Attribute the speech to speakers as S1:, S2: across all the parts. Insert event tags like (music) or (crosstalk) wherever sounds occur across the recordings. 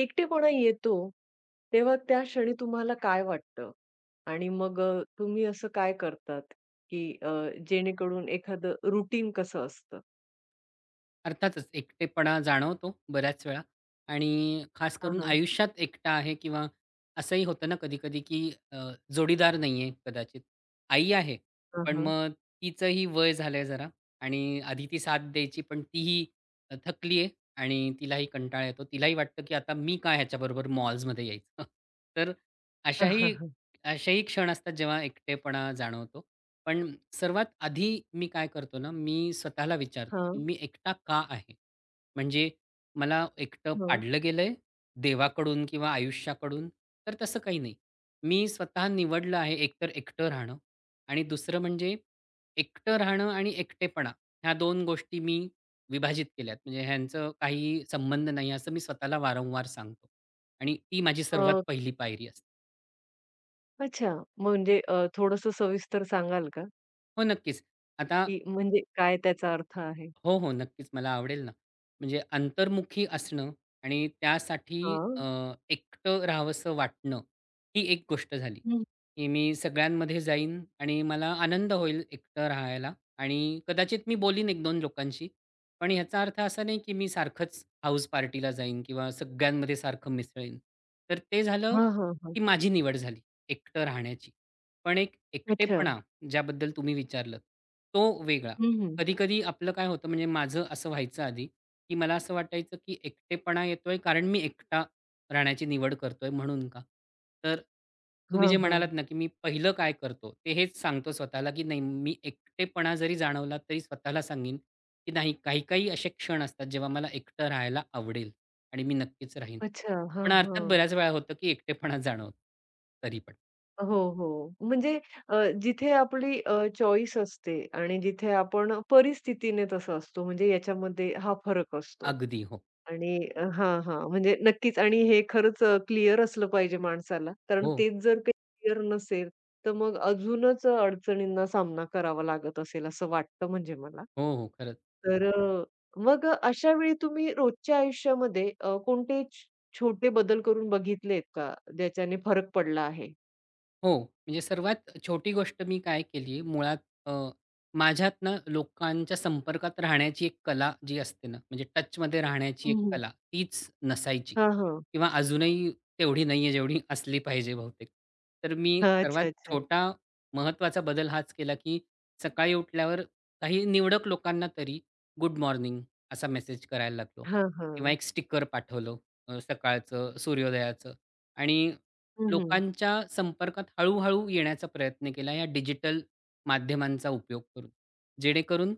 S1: एकटेपणा येतो, तेव्हा त्या क्षणी तुम्हाला काय वाटतं? आणि मग तुम्ही असं काय करतात, की जेणेकरून एखादं रुटीन कसं असतं?
S2: अर्थातच एकटेपणा जाणवतो बऱ्याच वेळा आणि खास
S1: हां,
S2: करून
S1: हां.
S2: आयुष्यात एकटा आहे किंवा असंही होतं ना कधी-कधी, की जोडीदार नाहीये कदाचित. आई आहे,
S1: हां,
S2: पण
S1: हां.
S2: मग तिचंही वय झालंय जरा आणि आधी ती साथ द्यायची, पण तीही थकली आहे आणि तिलाही कंटाळा येतो. तिलाही वाटतं, की आता मी काय ह्याच्याबरोबर मॉल्समध्ये यायचं. (laughs) तर अशाही
S1: (laughs)
S2: असेही क्षण असतात, जेव्हा एकटेपणा जाणवतो. पण सर्वात आधी मी काय करतो ना, मी स्वतःला विचारतो, की मी एकटा का आहे? म्हणजे मला एकटं पाडलं गेलंय देवाकडून किंवा आयुष्याकडून? तर तसं काही नाही. मी स्वतः निवडलं आहे एकतर एकटं राहणं आणि दुसरं म्हणजे एकटं राहणं आणि एकटेपणा ह्या 2 गोष्टी मी विभाजित केल्यात. म्हणजे ह्यांचं काही संबंध नाही असं मी स्वतःला वारंवार सांगतो आणि ती माझी सर्वात
S1: अ,
S2: पहिली पायरी असते.
S1: अच्छा. म्हणजे थोडंसं सविस्तर सांगाल का?
S2: हो, नक्कीच. आता
S1: की म्हणजे काय त्याचा अर्थ आहे?
S2: हो, हो. नक्कीच मला आवडेल ना. म्हणजे अंतर्मुखी असणं आणि त्यासाठी अ,
S1: हां.
S2: एकटं राहावसं वाटणं ही एक गोष्ट झाली,
S1: हं.
S2: की मी सगळ्यांमध्ये जाईन आणि मला आनंद होईल एकटं राहायला आणि कदाचित मी बोलीन 1-2 लोकांशी. पण ह्याचा अर्थ असा नाही, की मी सारखंच हाऊस पार्टीला जाईन किंवा सगळ्यांमध्ये सारखं मिसळेन. तर ते झालं,
S1: हां, हां, हां.
S2: की माझी निवड झाली एकटं राहण्याची. पण एक
S1: अच्छा.
S2: एकटेपणा ज्याबद्दल तुम्ही विचारलत, तो वेगळा.
S1: हम्म हं, हं.
S2: कधी-कधी आपलं काय होतं म्हणजे माझं असं व्हायचं आधी, की मला असं वाटायचं की एकटेपणा येतोय कारण मी एकटा राहण्याची निवड करतोय म्हणून का? तर तुम्ही जे म्हणालात ना, की मी पहिलं काय करतो ते हेच सांगतो स्वतःला, की नाही मी एकटेपणा जरी जाणवला तरी स्वतःला सांगेन, की नाही काही-काही असे क्षण असतात जेव्हा मला एकटं राहायला आवडेल आणि मी नक्कीच राहीन.
S1: अच्छा. हां,
S2: पण अर्थात
S1: हां.
S2: बऱ्याच वेळा होतं की एकटेपणा जाणवतो. तरी पण.
S1: हो, हो. म्हणजे जिथे आपली चॉईस असते आणि जिथे आपण परिस्थितीने तसं असतो, म्हणजे याच्यामध्ये हा फरक असतो.
S2: अगदी. हो.
S1: आणि हां, हां. म्हणजे नक्कीच आणि हे खरंच क्लिअर असलं पाहिजे माणसाला. कारण
S2: हो.
S1: तेच जर काही क्लिअर नसेल, तर मग अजूनच अडचणींना सामना करावा लागत असेल असं वाटतं म्हणजे मला.
S2: हो, हो. खरंच.
S1: तर मग अशा वेळी तुम्ही रोजच्या आयुष्यामध्ये कोणते छोटे बदल करून बघितलेत का, ज्याच्याने फरक पडला आहे?
S2: हो, म्हणजे सर्वात छोटी गोष्ट मी काय केली मुळात अ, माझ्यात ना लोकांच्या संपर्कात राहण्याची एक कला जी असते ना, म्हणजे टचमध्ये राहण्याची एक कला तीच नसायची
S1: हां, हां.
S2: किंवा अजूनही तेवढी नाही आहे जेवढी असली पाहिजे बहुतेक. तर मी
S1: हां,
S2: सर्वात
S1: अच्छा, अच्छा.
S2: छोटा महत्त्वाचा बदल हाच केला, की सकाळी उठल्यावर काही निवडक लोकांना तरी गुड मॉर्निंग असा मेसेज करायला लागलो
S1: हां,
S2: किंवा
S1: हां.
S2: एक स्टिकर पाठवलं सकाळचं सूर्योदयाचं आणि
S1: हं, हं.
S2: लोकांच्या संपर्कात हळू-हळू येण्याचा प्रयत्न केला या डिजिटल माध्यमांचा उपयोग करून. जेणेकरून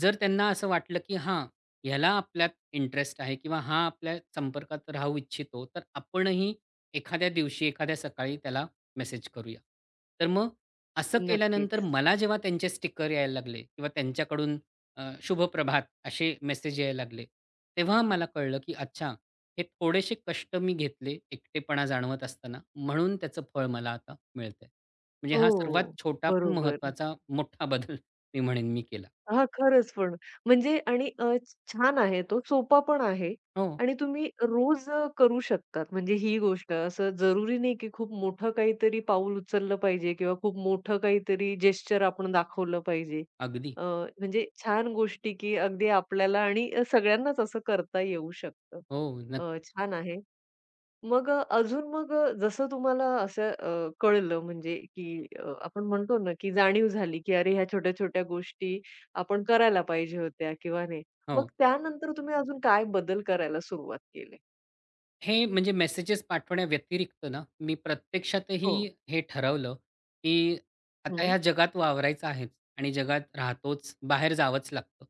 S2: जर त्यांना असं वाटलं, की हां, ह्याला आपल्यात इंटरेस्ट आहे किंवा हा आपल्या संपर्कात राहू इच्छितो, तर आपणही एखाद्या दिवशी, एखाद्या सकाळी त्याला मेसेज करूया. तर मग असं केल्यानंतर
S1: नक्कीच.
S2: मला जेव्हा त्यांचे स्टिकर यायला लागले किंवा त्यांच्याकडून शुभ प्रभात असे मेसेज यायला लागले, तेव्हा मला कळलं, की अच्छा हे थोडेसे कष्ट मी घेतले, एकटेपणा जाणवत असताना, म्हणून त्याचं फळ मला आता मिळतंय. म्हणजे हा सर्वात
S1: हो,
S2: छोटा पण
S1: बरोबर.
S2: महत्वाचा मोठा बदल मी म्हणेन मी केला.
S1: हां, खरंच पण. म्हणजे आणि छान आहे तो, सोपा पण आहे
S2: हो,
S1: आणि तुम्ही रोज करू शकतात. म्हणजे ही गोष्ट असं जरुरी नाही, की खूप मोठं काहीतरी पाऊल उचललं पाहिजे किंवा खूप मोठं काहीतरी जेस्चर आपण दाखवलं पाहिजे.
S2: अगदी.
S1: अ, म्हणजे छान गोष्टी, की अगदी आपल्याला आणि सगळ्यांनाच असं करता येऊ शकतं.
S2: हो, नक्की.
S1: छान आहे. मग अजून मग जसं तुम्हाला असं कळलं म्हणजे की आपण म्हणतो ना, की जाणीव झाली, की अरे ह्या छोट्या-छोट्या गोष्टी आपण करायला पाहिजे होत्या किंवा नाही. मग
S2: हो.
S1: त्यानंतर तुम्ही अजून काय बदल करायला सुरुवात केली?
S2: हे म्हणजे मेसेजेस पाठवण्याव्यतिरिक्त ना, मी प्रत्यक्षातही
S1: हो.
S2: हे ठरवलं, की आता
S1: हं.
S2: ह्या जगात वावरायचं आहेच आणि जगात राहतोच, बाहेर जावंच लागतं.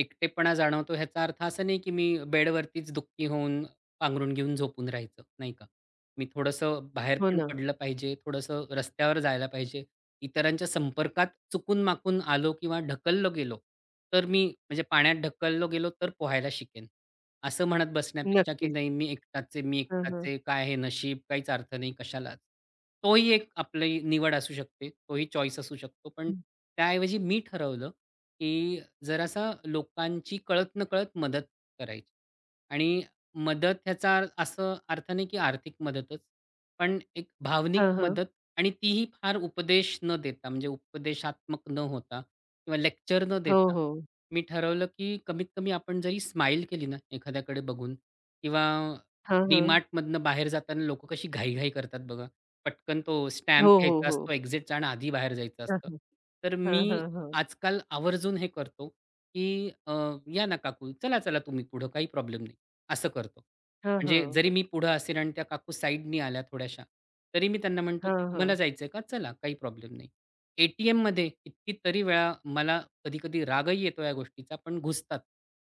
S2: एकटेपणा जाणवतो ह्याचा अर्थ असा नाही, की मी बेडवरतीच दुःखी होऊन पांघरून घेऊन झोपून राहायचं, नाही का. मी थोडंसं बाहेर
S1: हो
S2: पण
S1: ना.
S2: पडलं पाहिजे, थोडंसं रस्त्यावर जायला पाहिजे. इतरांच्या संपर्कात चुकून-माकून आलो किंवा ढकललो गेलो, तर मी म्हणजे पाण्यात ढकललो गेलो तर पोहायला शिकेन. असं म्हणत बसण्यापेक्षा, की
S1: नक्कीच.
S2: नाही मी एकटाच आहे, मी
S1: हां,
S2: एकटाच
S1: हां.
S2: आहे, काय हे नशीब, काहीच अर्थ नाही कशालाच. तोही एक आपली निवड असू शकते, तोही चॉईस असू शकतो. पण त्याऐवजी मी ठरवलं, की जरासा लोकांची कळत-नकळत मदत करायची. आणि मदत ह्याचा असं अर्थ नाही, की आर्थिक मदतच. पण एक भावनिक
S1: हां, हां.
S2: मदत आणि तीही फार उपदेश न देता, म्हणजे उपदेशात्मक न होता किंवा लेक्चर न
S1: हो,
S2: देता
S1: हो.
S2: मी ठरवलं, की कमीत कमी आपण जरी स्माईल केली ना एखाद्याकडे बघून किंवा
S1: हां, हां.
S2: डी-मार्टमधनं बाहेर जाताना लोकं कशी घाई-घाई करतात बघा. पटकन तो स्टॅम्प
S1: हो, हो,
S2: घ्यायचा
S1: हो.
S2: असतो एक्झिटचा आणि आधी बाहेर जायचं
S1: हां,
S2: असतं.
S1: हां.
S2: तर मी
S1: हां, हां, हां.
S2: आजकाल आवर्जून हे करतो, की "या ना काकू, चला-चला तुम्ही पुढं काही प्रॉब्लेम नाही." असं करतो.
S1: हां,
S2: म्हणजे
S1: हां.
S2: जरी मी पुढं असेन आणि त्या काकू साईडनी आल्या थोड्याशा, तरी मी त्यांना म्हणतो,
S1: हां,
S2: की "तुम्हाला
S1: हां.
S2: जायचंय का? चला काही प्रॉब्लेम नाही." एटीएम टी एममध्ये कितीतरी वेळा मला कधी-कधी रागही येतो या गोष्टीचा, पण घुसतात.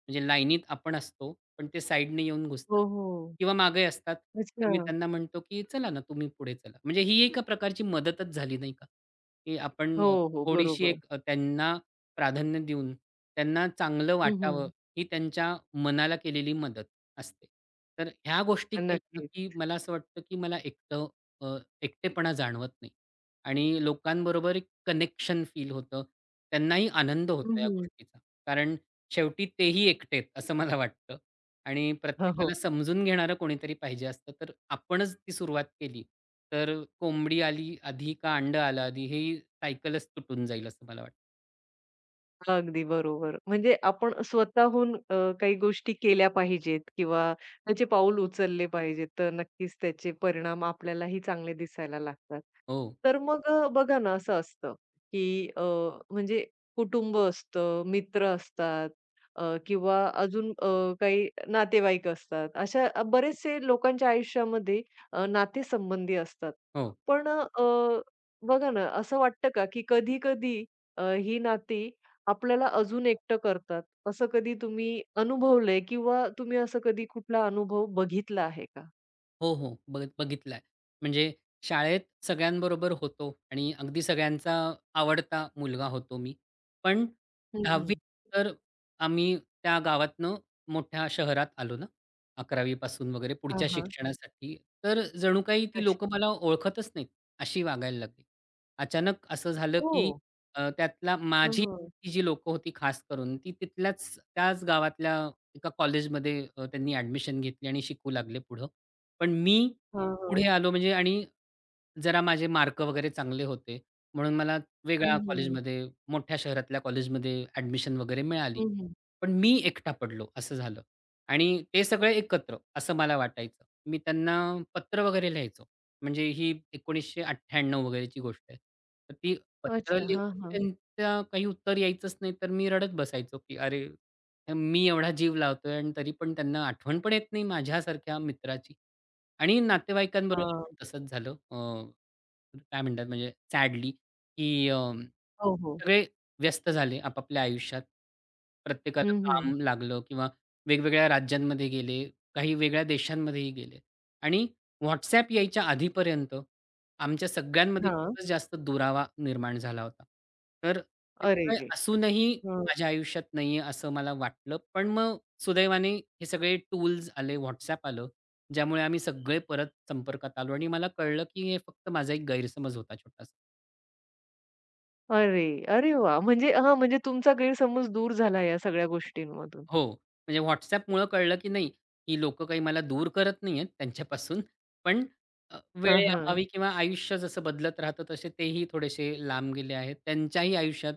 S2: म्हणजे लाईनीत आपण असतो, पण ते साईडने येऊन घुसतात
S1: हो, हो.
S2: किंवा मागे असतात.
S1: अच्छा.
S2: तर मी त्यांना म्हणतो, की "चला ना, तुम्ही पुढे चला." म्हणजे ही एका प्रकारची मदतच झाली नाही का? की आपण
S1: हो, हो.
S2: थोडीशी
S1: बरोबर.
S2: एक त्यांना प्राधान्य देऊन त्यांना चांगलं
S1: हं,
S2: वाटावं,
S1: हं.
S2: ही त्यांच्या मनाला केलेली मदत असते. तर ह्या गोष्टी केल्या ना,
S1: नक्कीच.
S2: की मला असं वाटतं, की मला अ, एकटेपणा जाणवत नाही आणि लोकांबरोबर एक कनेक्शन फील होतं. त्यांनाही आनंद
S1: हं,
S2: होतो या
S1: हं.
S2: गोष्टीचा. कारण शेवटी तेही एकटे आहेत असं मला वाटतं आणि
S1: हो, हो.
S2: प्रत्येकाला समजून घेणारं कोणीतरी पाहिजे असतं. तर आपणच ती सुरुवात केली, तर कोंबडी आली आधी का अंड आलं आधी, ही सायकलच तुटून जाईल असं मला वाटतं.
S1: अगदी बरोबर. म्हणजे आपण स्वतःहून काही गोष्टी केल्या पाहिजेत किंवा त्याचे पाऊल उचलले पाहिजेत, तर नक्कीच त्याचे परिणाम आपल्यालाही चांगले दिसायला लागतात.
S2: हो,
S1: तर मग बघा ना असं असतं, की म्हणजे कुटुंब असतं, मित्र असतात किंवा अजून काही नातेवाईक असतात. अशा बरेचसे लोकांच्या आयुष्यामध्ये नातेसंबंधी असतात.
S2: हो.
S1: पण बघा ना असं वाटतं का, की कधी-कधी ही नाती आपल्याला अजून एकटं करतात. असं कधी तुम्ही अनुभवलंय किंवा तुम्ही असं कधी कुठला अनुभव बघितला आहे का?
S2: हो, हो. बघितलाय. म्हणजे शाळेत सगळ्यांबरोबर होतो आणि अगदी सगळ्यांचा आवडता मुलगा होतो मी. पण
S1: हं,
S2: 10वी
S1: हं.
S2: तर आम्ही त्या गावातनं मोठ्या शहरात आलो ना, 11वी पासून वगैरे
S1: हां,
S2: पुढच्या
S1: हां.
S2: शिक्षणासाठी. तर जणू काही ती
S1: अच्छा.
S2: लोकं मला ओळखतच नाहीत, अशी वागायला लागली. अचानक असं झालं, की
S1: हो.
S2: त्यातला
S1: हं,
S2: माझी
S1: हं.
S2: आवडती जी लोकं होती खास करून, ती तिथल्याच त्याच गावातल्या एका कॉलेजमध्ये त्यांनी ॲडमिशन घेतली आणि शिकू लागले पुढं. पण मी
S1: हां, हां.
S2: पुढे आलो म्हणजे आणि जरा माझे मार्क वगैरे चांगले होते. म्हणून मला
S1: हं,
S2: वेगळ्या
S1: हं.
S2: कॉलेजमध्ये, मोठ्या शहरातल्या कॉलेजमध्ये ॲडमिशन वगैरे मिळाली.
S1: हं, हं.
S2: पण मी एकटा पडलो असं झालं आणि ते सगळे एकत्र असं मला वाटायचं. मी त्यांना पत्र वगैरे लिहायचो. म्हणजे ही 1998 वगैरेची गोष्ट आहे. तर ती पत्र
S1: अच्छा. हां,
S2: लिहून
S1: हां.
S2: त्यांचं काही उत्तर यायचंच नाही, तर मी रडत बसायचो, की "अरे, मी एवढा जीव लावतोय आणि तरी पण त्यांना आठवण पण येत नाही माझ्यासारख्या मित्राची." आणि नातेवाईकांबरोबर
S1: हां.
S2: पण तसंच झालं. काय म्हणतात म्हणजे सॅडली, की
S1: हो, हो.
S2: सगळे व्यस्त झाले आपापल्या आयुष्यात. प्रत्येकाला
S1: हं, हं.
S2: काम लागलं किंवा वेगवेगळ्या राज्यांमध्ये गेले, काही वेगळ्या देशांमध्येही गेले. आणि WhatsApp यायच्या आधीपर्यंत आमच्या सगळ्यांमध्ये
S1: हां.
S2: खूपच जास्त दुरावा निर्माण झाला होता. तर ते
S1: अरे
S2: सगळे
S1: रे!
S2: असूनही
S1: हं.
S2: माझ्या आयुष्यात नाहीये असं मला वाटलं. पण मग सुदैवाने हे सगळे टूल्स आले, WhatsApp आलं, ज्यामुळे आम्ही सगळे परत संपर्कात आलो आणि मला कळलं, की हे फक्त माझा एक गैरसमज होता छोटासा.
S1: अरे! अरे वाह! म्हणजे हां, म्हणजे तुमचा गैरसमज दूर झाला या सगळ्या गोष्टींमधून.
S2: हो, म्हणजे WhatsAppमुळं कळलं, की नाही ही लोक काही मला दूर करत नाहीयेत त्यांच्यापासून, पण
S1: हां,
S2: वेळेअभावी
S1: हां.
S2: किंवा आयुष्य जसं बदलत राहतं, तसे तेही थोडेसे लांब गेले आहेत. त्यांच्याही आयुष्यात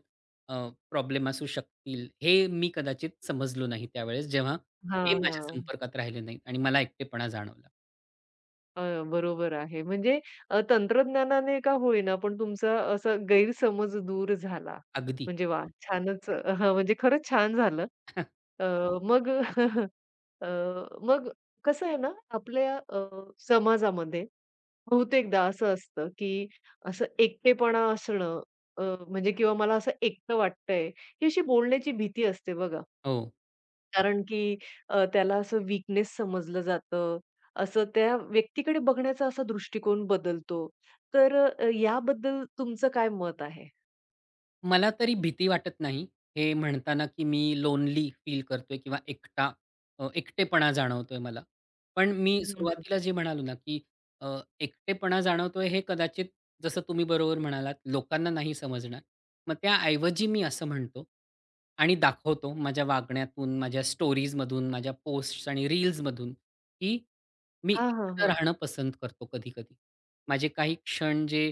S2: अ, प्रॉब्लेम असू शकतील, हे मी कदाचित समजलो नाही त्यावेळेस, जेव्हा ते
S1: हां,
S2: माझ्या
S1: हां.
S2: संपर्कात राहिले नाहीत आणि मला एकटेपणा जाणवला.
S1: अ, बरोबर आहे. म्हणजे तंत्रज्ञानाने का होईना, पण तुमचा असा गैरसमज दूर झाला.
S2: अगदी.
S1: म्हणजे वाह! छानच हां, म्हणजे खरंच छान झालं.
S2: (laughs)
S1: अ, मग अ, मग कसं आहे ना, आपल्या समाजामध्ये बहुतेकदा असं असतं, की असं एकटेपणा असणं म्हणजे किंवा मला असं एकटं वाटतंय, ही अशी बोलण्याची भीती असते बघा.
S2: हो.
S1: कारण की त्याला असं वीकनेस समजलं जातं. असं त्या व्यक्तीकडे बघण्याचा असा दृष्टिकोन बदलतो. तर याबद्दल तुमचं काय मत आहे?
S2: मला तरी भीती वाटत नाही, हे म्हणताना, की मी लोनली फील करतोय किंवा एकटेपणा जाणवतोय मला. पण मी
S1: हं, हं.
S2: सुरुवातीला जे म्हणालो ना, की एकटेपणा जाणवतोय हे कदाचित जसं तुम्ही बरोबर म्हणालात, लोकांना नाही समजणार. मग त्याऐवजी मी असं म्हणतो आणि दाखवतो माझ्या वागण्यातून, माझ्या स्टोरीजमधून, माझ्या पोस्ट्स आणि रील्समधून, की मी
S1: हां, हां,
S2: एकटं
S1: हां.
S2: राहणं पसंत करतो कधी-कधी. माझे काही क्षण जे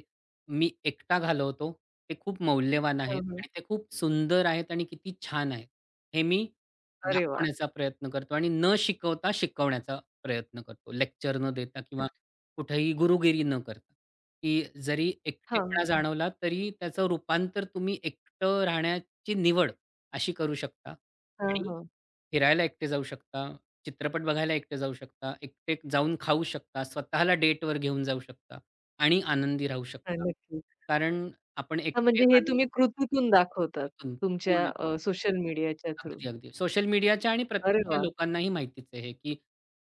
S2: मी एकटा घालवतो ते खूप मौल्यवान आहेत
S1: हां, हां.
S2: आणि ते खूप सुंदर आहेत आणि किती छान आहेत. हे मी
S1: अरे वाह!
S2: दाखवण्याचा प्रयत्न करतो आणि न शिकवता शिकवण्याचा प्रयत्न करतो. लेक्चर न देता किंवा कुठेही गुरुगिरी न करता. की जरी एकटेपणा
S1: हां,
S2: जाणवला तरी त्याचं रूपांतर तुम्ही एकटं राहण्याची निवड अशी करू शकता
S1: हां,
S2: आणि
S1: हां.
S2: फिरायला एकटे जाऊ शकता, चित्रपट बघायला एकटे जाऊ शकता, एकटे जाऊन खाऊ शकता, स्वतःला डेटवर घेऊन जाऊ शकता आणि आनंदी राहू
S1: हां,
S2: शकता.
S1: नक्कीच.
S2: कारण आपण
S1: हां,
S2: एकटे
S1: म्हणजे हे
S2: आनंद
S1: तुम्ही कृतीतून दाखवतात
S2: घेतो
S1: तुमच्या
S2: पूर्णपणे.
S1: सोशल मीडियाच्या थ्रू.
S2: अगदी, अगदी. सोशल मीडियाच्या आणि
S1: अरे
S2: प्रत्यक्ष
S1: वाह!
S2: लोकांनाही माहितीच आहे हे, की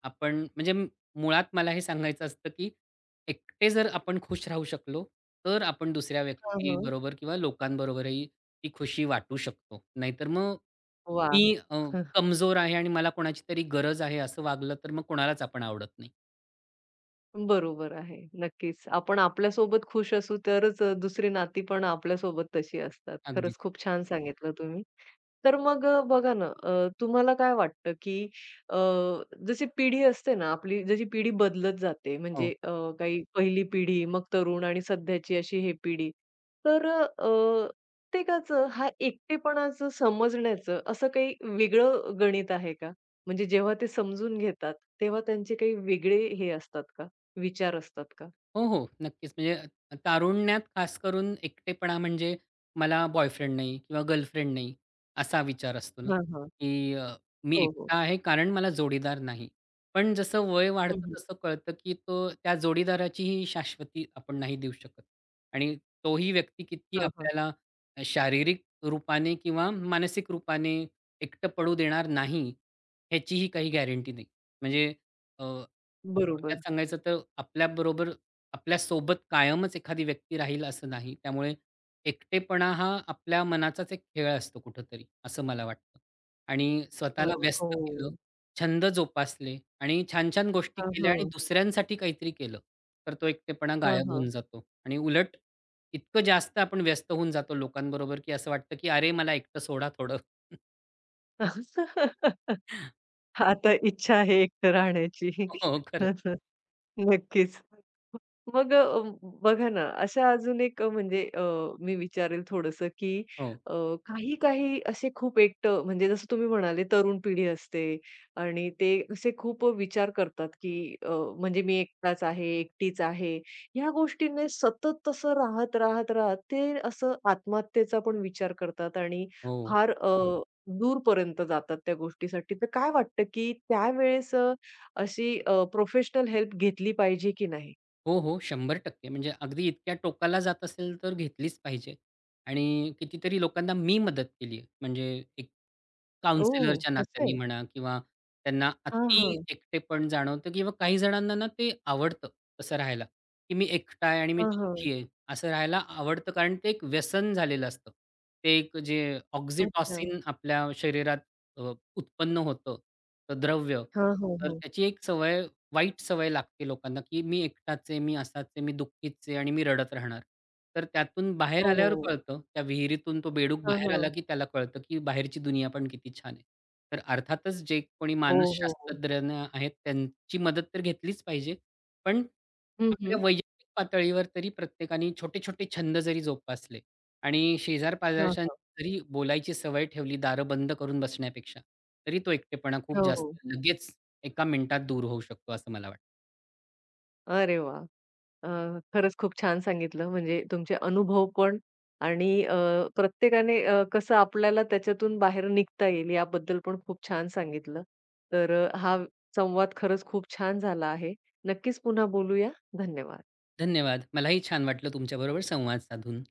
S2: आपण म्हणजे मुळात मला हे सांगायचं असतं, की एकटे जर आपण खुश राहू शकलो, तर आपण दुसऱ्या
S1: हां, हां.
S2: व्यक्तीबरोबर किंवा लोकांबरोबरही ती खुशी वाटू शकतो. नाहीतर मग
S1: वाह!
S2: मी अ, कमजोर आहे आणि मला कोणाची तरी गरज आहे असं वागलं, तर मग कोणालाच आपण आवडत नाही.
S1: बरोबर आहे. नक्कीच. आपण आपल्यासोबत खुश असू तरच दुसरी नाती पण आपल्यासोबत तशी असतात.
S2: अगदीच.
S1: खरंच खूप छान सांगितलं तुम्ही. तर मग बघा ना तुम्हाला काय वाटतं, की अ, जशी पिढी असते ना आपली, जशी पिढी बदलत जाते
S2: हो.
S1: म्हणजे काही पहिली पिढी, मग तरुण आणि सध्याची अशी हे पिढी. तर प्रत्येकाचं हा एकटेपणाचं समजण्याचं असं काही वेगळं गणित आहे का? म्हणजे जेव्हा ते समजून घेतात, तेव्हा त्यांचे काही वेगळे हे असतात का? विचार असतात का?
S2: हो, हो. नक्कीच. म्हणजे तारुण्यात खास करून एकटेपणा म्हणजे मला बॉयफ्रेंड नाही किंवा गर्लफ्रेंड नाही असा विचार असतो ना,
S1: हां, हां.
S2: की मी
S1: हो, हो.
S2: एकटा आहे कारण मला जोडीदार नाही. पण जसं वय
S1: हं,
S2: वाढतं
S1: हं.
S2: तसं कळतं, की तो त्या जोडीदाराचीही शाश्वती आपण नाही देऊ शकत आणि तोही व्यक्ती किती
S1: हां, हां.
S2: आपल्याला शारीरिक रूपाने किंवा मानसिक रूपाने एकटं पडू देणार नाही, ह्याचीही काही गॅरंटी नाही. म्हणजे
S1: बरोबर.
S2: थोडक्यात सांगायचं तर आपल्यासोबत कायमच एखादी व्यक्ती राहील असं नाही. त्यामुळे एकटेपणा हा आपल्या मनाचाच एक खेळ असतो कुठेतरी, असं मला वाटतं. आणि स्वतःला
S1: अरे
S2: व्यस्त केलं,
S1: हो.
S2: छंद जोपासले आणि छान-छान गोष्टी
S1: हां,
S2: केल्या आणि
S1: हां.
S2: दुसऱ्यांसाठी काहीतरी केलं, तर तो एकटेपणा
S1: हां,
S2: गायब
S1: हां.
S2: होऊन जातो. आणि उलट इतकं जास्त आपण व्यस्त होऊन जातो लोकांबरोबर, की असं वाटतं, की "अरे, मला एकटं सोडा थोडं."
S1: (laughs)
S2: (laughs)
S1: आता इच्छा आहे एकटं राहण्याची.
S2: हो, खरंच.
S1: (laughs) नक्कीच. मग बघा ना, अशा अजून एक म्हणजे मी विचारेल थोडंसं, की
S2: हो,
S1: अ, काही-काही असे खूप एकटं म्हणजे जसं तुम्ही म्हणाले तरुण पिढी असते आणि ते असे खूप विचार करतात, की म्हणजे मी एकटाच आहे, एकटीच आहे. ह्या गोष्टीने सतत तसं राहत, राहत, राहत ते असं आत्महत्येचा पण विचार करतात आणि
S2: हो.
S1: फार दूरपर्यंत जातात त्या गोष्टीसाठी. तर काय वाटतं, की त्यावेळेस अशी प्रोफेशनल हेल्प घेतली पाहिजे की नाही?
S2: हो, हो. 100% म्हणजे अगदी इतक्या टोकाला जात असेल तर घेतलीच पाहिजे. आणि कितीतरी लोकांना मी मदत केली आहे. म्हणजे एक काउंसलरच्या
S1: ओह! असं
S2: नात्याने
S1: आहे.
S2: म्हणा किंवा त्यांना
S1: हां,
S2: अति
S1: हां.
S2: एकटेपण जाणवतं किंवा काही जणांना ना ते आवडतं तसं राहायला, की मी एकटा आहे आणि मी
S1: हां, हां.
S2: दुःखी आहे. असं राहायला आवडतं कारण ते एक व्यसन झालेलं असतं. ते एक जे
S1: अच्छा.
S2: ऑक्सिटॉसिन आपल्या शरीरात अ, उत्पन्न होतं, तर द्रव्य.
S1: हां, हां,
S2: तर
S1: हां.
S2: त्याची एक सवय वाईट सवय लागते लोकांना, की मी एकटाच आहे, मी असाच आहे, मी दुःखीच आहे आणि मी रडत राहणार. तर त्यातून बाहेर आल्यावर
S1: हो.
S2: कळतं, त्या विहिरीतून तो बेडूक
S1: हां,
S2: बाहेर
S1: हां.
S2: आला, की त्याला कळतं, की बाहेरची दुनिया पण किती छान आहे. तर अर्थातच जे कोणी
S1: हो, हो, हो.
S2: मानसशास्त्रज्ञ आहेत, त्यांची मदत तर घेतलीच पाहिजे. पण
S1: हं,
S2: आपल्या
S1: हं.
S2: वैयक्तिक पातळीवर तरी प्रत्येकाने छोटे-छोटे छंद जरी जोपासले आणि
S1: हां,
S2: शेजार-पाजारच्यांशी
S1: हां.
S2: जरी बोलायची सवय ठेवली, दारं बंद करून बसण्यापेक्षा, तरी तो एकटेपणा
S1: हो,
S2: खूप जास्त
S1: हो.
S2: लगेच एका मिनिटात दूर होऊ शकतो असं मला वाटतं.
S1: अरे वाह! अ, खरंच खूप छान सांगितलं म्हणजे तुमचे अनुभव पण आणि प्रत्येकाने कसं आपल्याला त्याच्यातून बाहेर निघता येईल याबद्दल पण खूप छान सांगितलं. तर हा संवाद खरंच खूप छान झाला आहे. नक्कीच पुन्हा बोलूया. धन्यवाद.
S2: धन्यवाद. मलाही छान वाटलं तुमच्याबरोबर संवाद साधून.